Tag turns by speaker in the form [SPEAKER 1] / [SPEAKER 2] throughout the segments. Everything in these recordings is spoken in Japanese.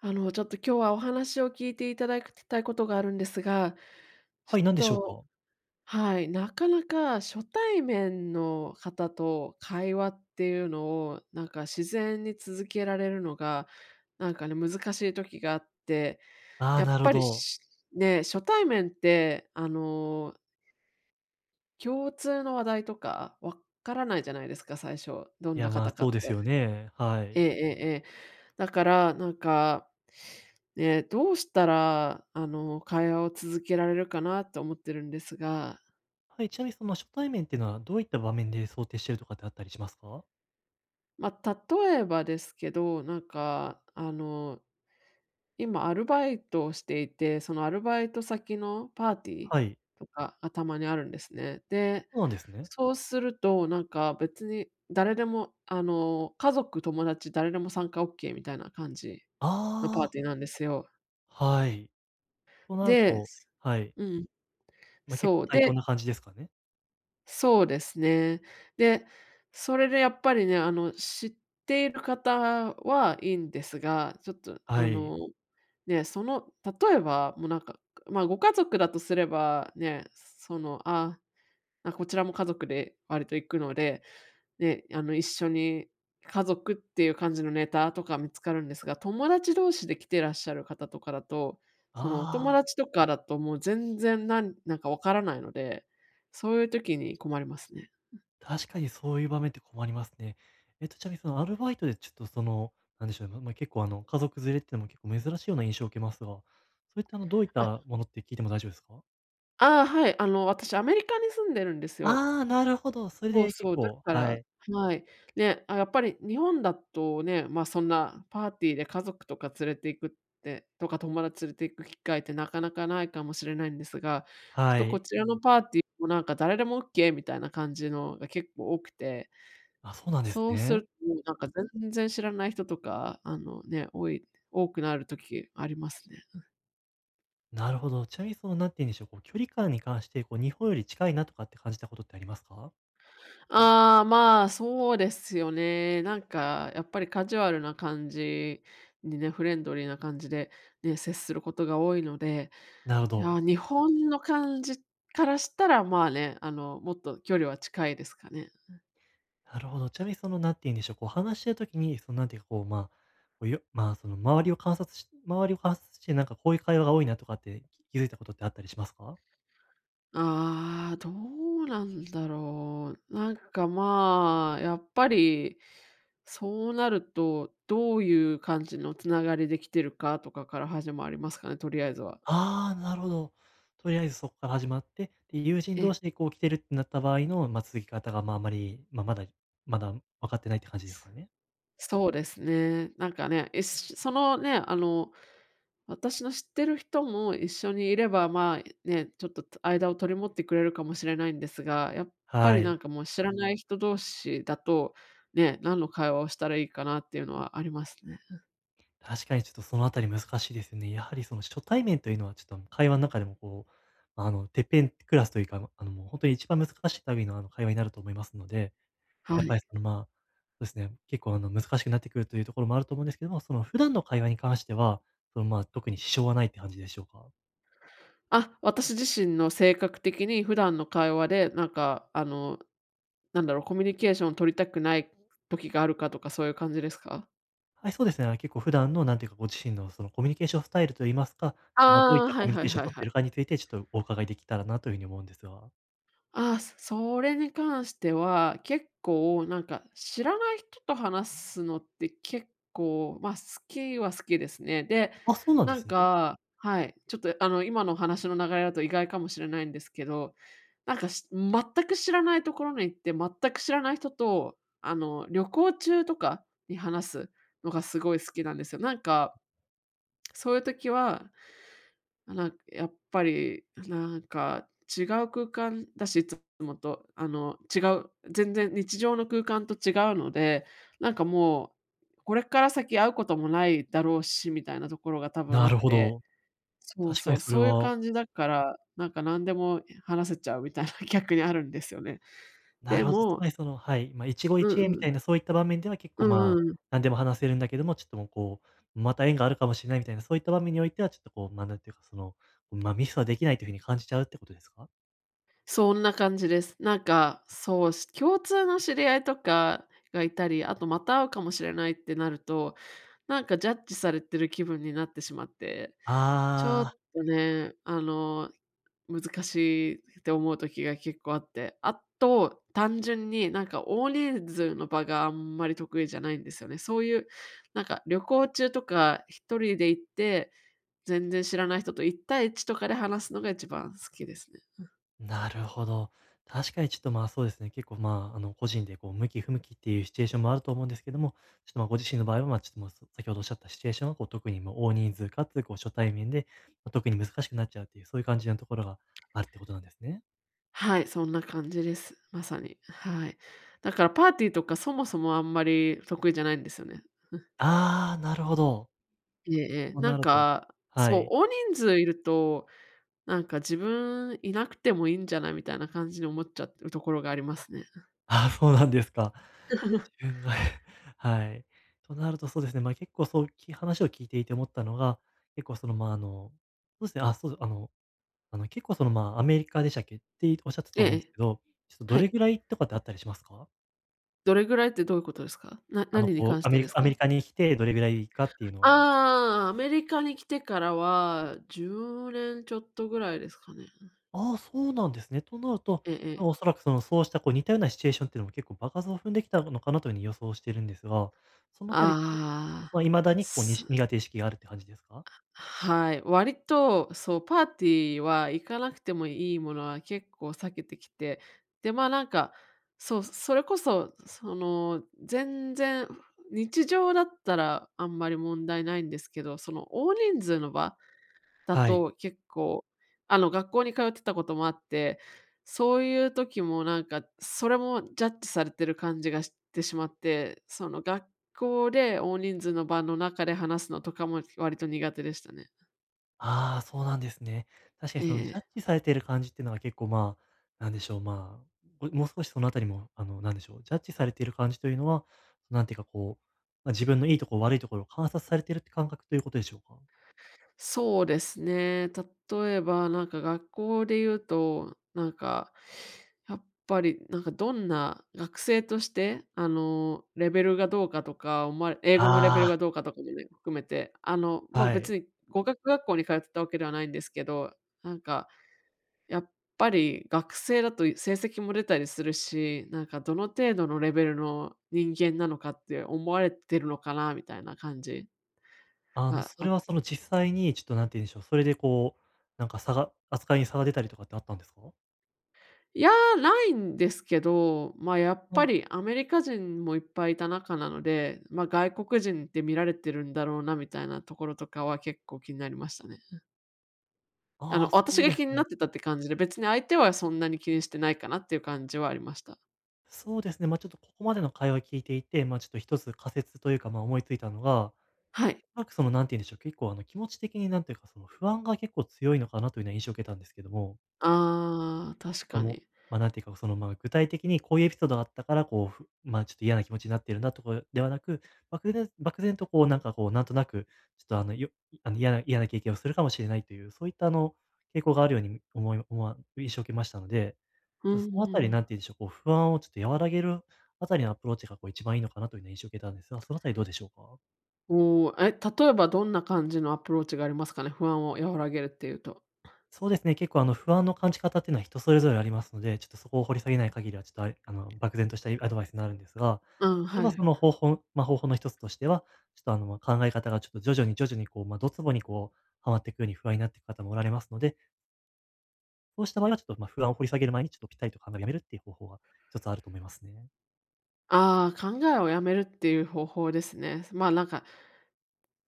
[SPEAKER 1] ちょっと今日はお話を聞いていただきたいことがあるんですが、ちょ
[SPEAKER 2] は
[SPEAKER 1] っ
[SPEAKER 2] い、何でしょう
[SPEAKER 1] と、
[SPEAKER 2] か？
[SPEAKER 1] はい、なかなか初対面の方と会話っていうのを、自然に続けられるのが、難しい時があって、
[SPEAKER 2] ああ、
[SPEAKER 1] や
[SPEAKER 2] な
[SPEAKER 1] っ
[SPEAKER 2] るほ
[SPEAKER 1] ぱり
[SPEAKER 2] ど。
[SPEAKER 1] しね、初対面って、共通の話題とかわからないじゃないですか、最初、どん
[SPEAKER 2] い
[SPEAKER 1] な
[SPEAKER 2] や、まあ、
[SPEAKER 1] 方か
[SPEAKER 2] そう
[SPEAKER 1] っ
[SPEAKER 2] です
[SPEAKER 1] て。
[SPEAKER 2] よね。は
[SPEAKER 1] ええ
[SPEAKER 2] い。
[SPEAKER 1] ええええ。だから、ね、どうしたら、会話を続けられるかなと思ってるんですが、
[SPEAKER 2] はい、ちなみにその初対面っていうのはどういった場面で想定してるとかってあったりしますか？
[SPEAKER 1] ま、例えばですけど、今アルバイトをしていて、そのアルバイト先のパーティー
[SPEAKER 2] はい、
[SPEAKER 1] とかがたまにあるんですね。で、
[SPEAKER 2] そうなんですね。
[SPEAKER 1] そうすると、なんか別に誰でも、家族、友達誰でも参加オッケーみたいな感じのパー
[SPEAKER 2] ああ、
[SPEAKER 1] ティーなんですよ。
[SPEAKER 2] はい。となる
[SPEAKER 1] で、
[SPEAKER 2] と、はい、
[SPEAKER 1] うん。
[SPEAKER 2] まあ、結構
[SPEAKER 1] そう、
[SPEAKER 2] 対等
[SPEAKER 1] で、
[SPEAKER 2] な感じですかね？
[SPEAKER 1] そうですね。で、それでやっぱりね、知っている方はいいんですが、ちょっと
[SPEAKER 2] は
[SPEAKER 1] あ
[SPEAKER 2] い。
[SPEAKER 1] の、ね、その例えば、もうなんか、まあ、ご家族だとすれば、ね、その、あ、こちらも家族で割と行くので、ね、一緒に家族っていう感じのネタとか見つかるんですが、友達同士で来てらっしゃる方とかだと、そのお友
[SPEAKER 2] ああ、
[SPEAKER 1] 達とかだともう全然なんかわからないので、そういう時に困りますね。
[SPEAKER 2] 確かにそういう場面って困りますね。ちなみにそのアルバイトでちょっとその、なんでしょうね、まあ結構家族連れっていうのも結構珍しいような印象を受けますが、そういったどういっ
[SPEAKER 1] あ、
[SPEAKER 2] たものって聞いても大丈夫ですか？
[SPEAKER 1] ああ、はい、私アメリカに住んでるんですよ。
[SPEAKER 2] ああ、なるほど。それ
[SPEAKER 1] そう
[SPEAKER 2] で結
[SPEAKER 1] そう、だ
[SPEAKER 2] 構
[SPEAKER 1] か
[SPEAKER 2] は
[SPEAKER 1] ら、
[SPEAKER 2] い。
[SPEAKER 1] はい。ね、あ、やっぱり日本だとね、ま、そんなパーティーで家族とか連れて行くってとか友達連れて行く機会ってなかなかないかもしれないんですが、ちょっ
[SPEAKER 2] は
[SPEAKER 1] とこ
[SPEAKER 2] い。
[SPEAKER 1] ちらのパーティーもなんか誰でも OK みたいな感じのが結構多くて、
[SPEAKER 2] あ、そうなんです
[SPEAKER 1] そうす
[SPEAKER 2] ね。
[SPEAKER 1] るともうなんか全然知らない人とか、あのね、多くなる時ありますね。
[SPEAKER 2] なるほど。ちなみにその、なんて言うんでしょう、こう、距離感に関して、こう、日本より近いなとかって感じたことってありますか？
[SPEAKER 1] ああ、まあ、そうですよね。やっぱりカジュアルな感じにね、フレンドリーな感じで、ね、接することが多いので、
[SPEAKER 2] なるほ
[SPEAKER 1] いや、
[SPEAKER 2] ど。
[SPEAKER 1] 日本の感じからしたら、まあね、もっと距離は近いですかね。
[SPEAKER 2] なるほど。ちなみにその、なんて言うんでしょう、こう、話してる時に、その、なんていうか、こう、まあ、こう、よまあ、その、周りを観察して、なんかこういう会話が多いなとかって、気づいたことってあったりしますか？
[SPEAKER 1] ああ、どうなんだろう。まあ、やっぱり、そうなると、どういう感じのつながりできてるかとかから始まりますかね、とりあえずは。
[SPEAKER 2] ああ、なるほど。とりあえずそこから始まって、で、友人
[SPEAKER 1] え
[SPEAKER 2] 同
[SPEAKER 1] え。
[SPEAKER 2] 士でこう来てるってなった場合の、ま、続き方が、ま、あまり、ま、まだ分かってないって感じですかね。
[SPEAKER 1] そうですね。一緒そのね、あの、私の知ってる人も一緒にいれば、まあ、ね、ちょっと間を取り持ってくれるかもしれないんですが、やっぱ
[SPEAKER 2] は
[SPEAKER 1] りな
[SPEAKER 2] い。
[SPEAKER 1] んかもう知らない人同士だと、ね、何の会話をしたらいいかなっていうのはありますね。
[SPEAKER 2] 確かにちょっとそのあたり難しいですよね。やはりその初対面というのはちょっと会話ん中でもこう、まあの、てっぺんクラスというか、あの、もうほんとに一番難しい類の、あの、会話になると思いますので、
[SPEAKER 1] は
[SPEAKER 2] やっぱ
[SPEAKER 1] い。
[SPEAKER 2] りその、まあ、そうですね、結構あの難しくなってくるというところもあると思うんですけども、その普段の会話に関しては、その、まあ、特に支障はないって感じでしょうか？
[SPEAKER 1] あ、私自身の性格的に普段の会話で、コミュニケーションを取りたくない時があるかとかそういう感じですか？
[SPEAKER 2] はい、そうですね。あの、結構普段のなんていうか、ご自身のそのコミュニケーションスタイルと言いますか、ちょっと、ま、どうい
[SPEAKER 1] あ
[SPEAKER 2] っ
[SPEAKER 1] あー、
[SPEAKER 2] た
[SPEAKER 1] は
[SPEAKER 2] コ
[SPEAKER 1] い
[SPEAKER 2] ミュニ
[SPEAKER 1] は
[SPEAKER 2] ケ
[SPEAKER 1] い
[SPEAKER 2] ーションを
[SPEAKER 1] はい
[SPEAKER 2] 取っ
[SPEAKER 1] は
[SPEAKER 2] て
[SPEAKER 1] い。
[SPEAKER 2] いるかについて、ちょっとお伺いできたらなというふうに思うんですが。
[SPEAKER 1] ああ、れに関しては、結構なんか知らない人と話すのって結構、まあ、好きは好きですね。で、
[SPEAKER 2] あ、そうなんで
[SPEAKER 1] なん
[SPEAKER 2] すね。
[SPEAKER 1] かはい、ちょっとあの、今の話の流れだと意外かもしれないんですけど、全く知らないところに行って、全く知らない人と、旅行中とかに話すのがすごい好きなんですよ。そういう時はなんかやっぱり、違う空間だし、いつもと、全然日常の空間と違うので、なんかもう、これから先会うこともないだろうし、みたいなところが多分あ
[SPEAKER 2] な
[SPEAKER 1] っ
[SPEAKER 2] るほ
[SPEAKER 1] て、
[SPEAKER 2] ど。
[SPEAKER 1] そう
[SPEAKER 2] 確か
[SPEAKER 1] そ
[SPEAKER 2] に
[SPEAKER 1] う、
[SPEAKER 2] それ
[SPEAKER 1] そういう
[SPEAKER 2] は、
[SPEAKER 1] 感じだから、なんか何でも話せちゃうみたいな 逆にあるんですよね。
[SPEAKER 2] な
[SPEAKER 1] で
[SPEAKER 2] るほど、つ
[SPEAKER 1] も、
[SPEAKER 2] まりその、はい、まあ、一期
[SPEAKER 1] うん
[SPEAKER 2] 一会み
[SPEAKER 1] う
[SPEAKER 2] た
[SPEAKER 1] ん。
[SPEAKER 2] いなそういった場面では結
[SPEAKER 1] う
[SPEAKER 2] 構、ま
[SPEAKER 1] ん
[SPEAKER 2] あ、
[SPEAKER 1] うん、
[SPEAKER 2] 何でも話せるんだけども、ちょっともうこう、また縁があるかもしれないみたいな、そういった場面においては、ちょっとこう、まあ、なんていうか、その、まあ、ミスはできないというふうに感じちゃうってことですか？
[SPEAKER 1] そんな感じです。そう、共通の知り合いとかがいたり、あとまた会うかもしれないってなると、なんかジャッジされてる気分になってしまって、ちょ
[SPEAKER 2] ああ
[SPEAKER 1] っ
[SPEAKER 2] ー。
[SPEAKER 1] とね、あの、難しいって思う時が結構あって、あと、単純に大人数の場があんまり得意じゃないんですよね。そういう、なんか旅行中とか一人で行って、全然知らない人と一対一とかで話すのが一番好きですね。
[SPEAKER 2] なるほど。確かにちょっとまあそうですね、結構まあ、あの、個人でこう、向き不向きっていうシチュエーションもあると思うんですけども、ちょっとまあご自身の場合はまあちょっともう先ほどおっしゃったシチュエーションはこう、特にもう大人数かつこう、初対面で、まあ、特に難しくなっちゃうっていう、そういう感じのところがあるってことなんですね。
[SPEAKER 1] はい、そんな感じです。まさに。はい。だからパーティーとかそもそもあんまり得意じゃないんですよね。
[SPEAKER 2] ああ、なるほど。
[SPEAKER 1] ええええ。
[SPEAKER 2] となると、は
[SPEAKER 1] そう、
[SPEAKER 2] い。
[SPEAKER 1] 大人数いると、なんか自分いなくてもいいんじゃないみたいな感じに思っちゃうところがありますね。
[SPEAKER 2] ああ、そうなんですか。自分が はい。となるとそうですね、まあ結構そうき話を聞いていて思ったのが、結構そのまああの、そうですね、あ、そう、あの、あの、結構その、まあ、アメリカでしたっけっておっしゃってたと
[SPEAKER 1] え
[SPEAKER 2] 思うんです
[SPEAKER 1] え、
[SPEAKER 2] けど、ちょっとど
[SPEAKER 1] は
[SPEAKER 2] れ
[SPEAKER 1] い。
[SPEAKER 2] ぐらいとかってあったりしますか？
[SPEAKER 1] どれぐらいってどういうことですか？
[SPEAKER 2] あの、
[SPEAKER 1] 何に
[SPEAKER 2] こう、
[SPEAKER 1] 関してです
[SPEAKER 2] ア
[SPEAKER 1] か？
[SPEAKER 2] メリカに来てどれぐらいかっていうのは。
[SPEAKER 1] ああー、アメリカに来てからは10年ちょっとぐらいですかね。
[SPEAKER 2] ああ、そうなんですね。となると、
[SPEAKER 1] えええ
[SPEAKER 2] まあ、
[SPEAKER 1] え。
[SPEAKER 2] おそらくその、そうしたこう似たようなシチュエーションっていうのも結構場数を踏んできたのかなという風に予想してるんですが、そのあたりって、
[SPEAKER 1] ああ。
[SPEAKER 2] ま、未だにこうにし苦手意識があるって感じですか？
[SPEAKER 1] はい、割と、そう、パーティーは行かなくてもいいものは結構避けてきて、で、まあ、そう、それこそ、その、全然、日常だったらあんまり問題ないんですけど、その大人数の場だ
[SPEAKER 2] はい。
[SPEAKER 1] と結構、学校に通ってたこともあって、そういう時もなんか、それもジャッジされてる感じがしてしまって、その学校で大人数の場の中で話すのとかも割と苦手でしたね。
[SPEAKER 2] ああ、そうなんですね。確か
[SPEAKER 1] え
[SPEAKER 2] にそのジ
[SPEAKER 1] え、
[SPEAKER 2] ャッジされている感じっていうのは結構まあ、なんでしょう、まあ、もう少しそのあたりも、あの、なんでしょう、ジャッジされている感じというのは、なんていうかこう、まあ、自分のいいところ悪いところを観察されているって感覚ということでしょうか？
[SPEAKER 1] そうですね。例えば、なんか学校で言うと、やっぱり、なんかどんな学生として、レベルがどうかとか、思われ英語のレベル
[SPEAKER 2] あ
[SPEAKER 1] がどうかとかもね、含めて、
[SPEAKER 2] あ、
[SPEAKER 1] ま、
[SPEAKER 2] はい。
[SPEAKER 1] 別に語学学校に通ってたわけではないんですけど、なんか、やっぱり学生だと成績も出たりするし、なんかどの程度のレベルの人間なのかって思われてるのかなみたいな感じ
[SPEAKER 2] あの、
[SPEAKER 1] が
[SPEAKER 2] それはその実際にちょっとなんて言うんでしょう、それでこう、なんか差が扱いに差が出たりとかってあったんですか？
[SPEAKER 1] いやー、ないんですけど、ま、やっ
[SPEAKER 2] う
[SPEAKER 1] ぱ
[SPEAKER 2] ん、
[SPEAKER 1] りアメリカ人もいっぱいいた中なので、ま、外国人って見られてるんだろうなみたいなところとかは結構気になりましたね。
[SPEAKER 2] ああ、そ
[SPEAKER 1] 私
[SPEAKER 2] う
[SPEAKER 1] が
[SPEAKER 2] です
[SPEAKER 1] 気にな
[SPEAKER 2] ね。
[SPEAKER 1] ってたって感じで、別に相手はそんなに気にしてないかなっていう感じはありました。
[SPEAKER 2] そうですね、ま、ちょっとここまでの会話聞いていて、ま、ちょっと一つ仮説というか、ま、思いついたのが、
[SPEAKER 1] はい。
[SPEAKER 2] なんかその、なんて言うんでしょう、結構あの、気持ち的になんていうか、その不安が結構強いのかなというような印象を受けたんですけども、
[SPEAKER 1] ああ、確
[SPEAKER 2] あ
[SPEAKER 1] か
[SPEAKER 2] の、
[SPEAKER 1] に。
[SPEAKER 2] ま、なんていうか、その、ま、具体的にこういうエピソードがあったから、こう、ちょっと嫌な気持ちになっているなとかではなく、漠然とこうなんかこう、なんとなく、ちょっとあの、嫌な経験をするかもしれないという、そういったあの、傾向があるように思い思わ印象を受けましたので、
[SPEAKER 1] う
[SPEAKER 2] ちょっとそのあたりな
[SPEAKER 1] ん、
[SPEAKER 2] んて言うんでしょう、こう不安をちょっと和らげるあたりのアプローチがこう一番いいのかなというような印象を受けたんですが、そのあたりどうでしょうか？
[SPEAKER 1] おーえ、例えばどんな感じのアプローチがありますかね？不安を和らげるっていうと。
[SPEAKER 2] そうですね、結構あの不安の感じ方っていうのは人それぞれありますので、ちょっとそこを掘り下げない限りは、ちょっとあの、漠然としたアドバイスになるんですが、
[SPEAKER 1] うん、
[SPEAKER 2] 例え
[SPEAKER 1] は
[SPEAKER 2] ば
[SPEAKER 1] い。
[SPEAKER 2] その方法まあ、方法の一つとしては、ちょっとあの、ま、考え方がちょっと徐々にこう、まあ、どつぼにこう、はまっていくように不安になっていく方もおられますので、そうした場合はちょっと、ま、不安を掘り下げる前にちょっとピタリと考えをやめるっていう方法が一つあると思いますね。
[SPEAKER 1] ああ、考えをやめるっていう方法ですね。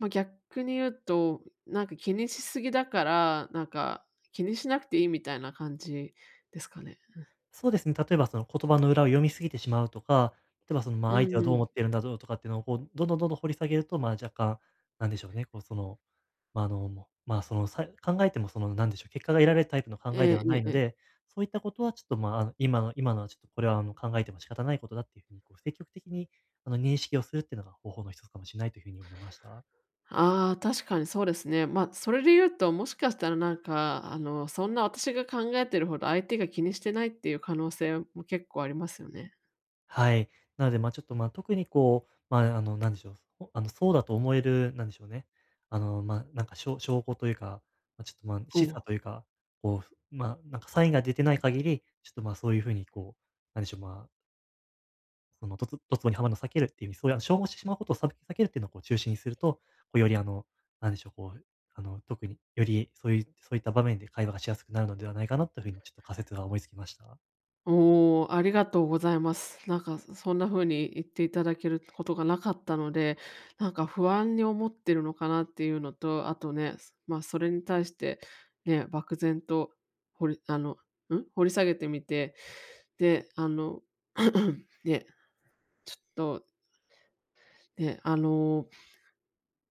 [SPEAKER 1] まあ、逆に言うと、なんか気にしすぎだから、気にしなくていいみたいな感じですかね。
[SPEAKER 2] そうですね、例えばその言葉の裏を読みすぎてしまうとか、例えばその、ま、
[SPEAKER 1] う
[SPEAKER 2] 相手
[SPEAKER 1] ん
[SPEAKER 2] はどう
[SPEAKER 1] う
[SPEAKER 2] 思
[SPEAKER 1] ん。
[SPEAKER 2] っているんだろうとかっていうのをこう、どんどん掘り下げると、ま、若干、なんでしょうね、こうそのまあ、あの、もう、まあ、その、考えても、その、なんでしょう、結果が得られるタイプの考え
[SPEAKER 1] ええ
[SPEAKER 2] で
[SPEAKER 1] え
[SPEAKER 2] はない
[SPEAKER 1] え
[SPEAKER 2] の
[SPEAKER 1] ええ。
[SPEAKER 2] で、そういったことはちょっと、まあ、あの、今のはちょっとこれは、あの、考えても仕方ないことだっていうふうに、こう、積極的に、あの、認識をするっていうのが方法の一つかもしれないというふうに思いました。
[SPEAKER 1] ああ、確かにそうですね。まあ、それで言うと、もしかしたらなんか、そんな私が考えてるほど相手が気にしてないっていう可能性も結構ありますよね。
[SPEAKER 2] はい。なので、まあ、ちょっと、まあ、特にこう、まあ、あの、なんでしょう、ほあの、そうだと思える、なんでしょうね、あの、まあ、なんか、証拠というか、まあ、ちょっと、まあ、
[SPEAKER 1] お
[SPEAKER 2] 示唆
[SPEAKER 1] お。
[SPEAKER 2] というか、こう、まあ、なんかサインが出てない限り、ちょっと、まあ、そういうふうに、こう、なんでしょう、まあそのドツボにはまるのを避けるっていう風に、そういうあの消耗してしまうことを避けるっていうのをこう中心にすると、こうよりあの、なんでしょう、こう、あの、特によりそういうそういった場面で会話がしやすくなるのではないかなという風にちょっと仮説が思いつきました。
[SPEAKER 1] おお、ありがとうございます。そんな風に言っていただけることがなかったので、なんか不安に思ってるのかなっていうのと、あとね、それに対して、ね、漠然と掘りあの、ん、掘り下げてみて、で、ね、ちょっと、ね、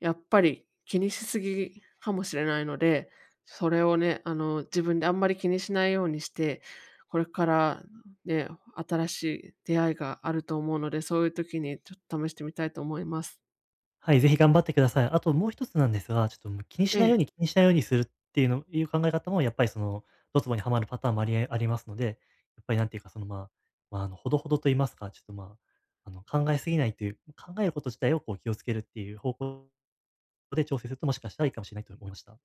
[SPEAKER 1] やっぱり気にしすぎかもしれないので、それをね、自分であんまり気にしないようにして、これからね、新しい出会いがあると思うので、そういう時にちょっと試してみたいと思います。
[SPEAKER 2] はい、ぜひ頑張ってください。あともう一つなんですが、ちょっと
[SPEAKER 1] ええ。
[SPEAKER 2] 気にしないようにするっていう考え方もやっぱりそのドツボにはまるパターンもありえありますので、やっぱりなんていうかその、まあ、あの、ほどほどと言いますか、ちょっとまあ、あの、考えすぎないという、考えること自体をこう気をつけるっていう方向で調整すると、もしかしたらいいかもしれないと思いました。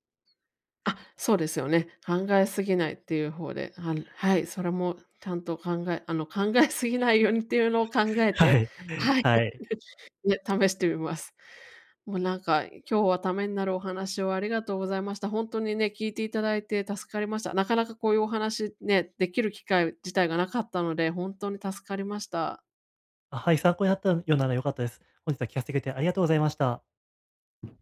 [SPEAKER 1] あ、そうですよね。考えすぎないっていう方で、は、はい、それもちゃんと考えすぎないようにっていうのを考え
[SPEAKER 2] は
[SPEAKER 1] て、
[SPEAKER 2] い。
[SPEAKER 1] はい。
[SPEAKER 2] はい。
[SPEAKER 1] ね、試してみます。もうなんか、今日はためになるお話をありがとうございました。本当にね、聞いていただいて助かりました。なかなかこういうお話ね、できる機会自体がなかったので、本当に助かりました。
[SPEAKER 2] あ、はい、参考になったようなら良かったです。本日は聞かせてくれてありがとうございました。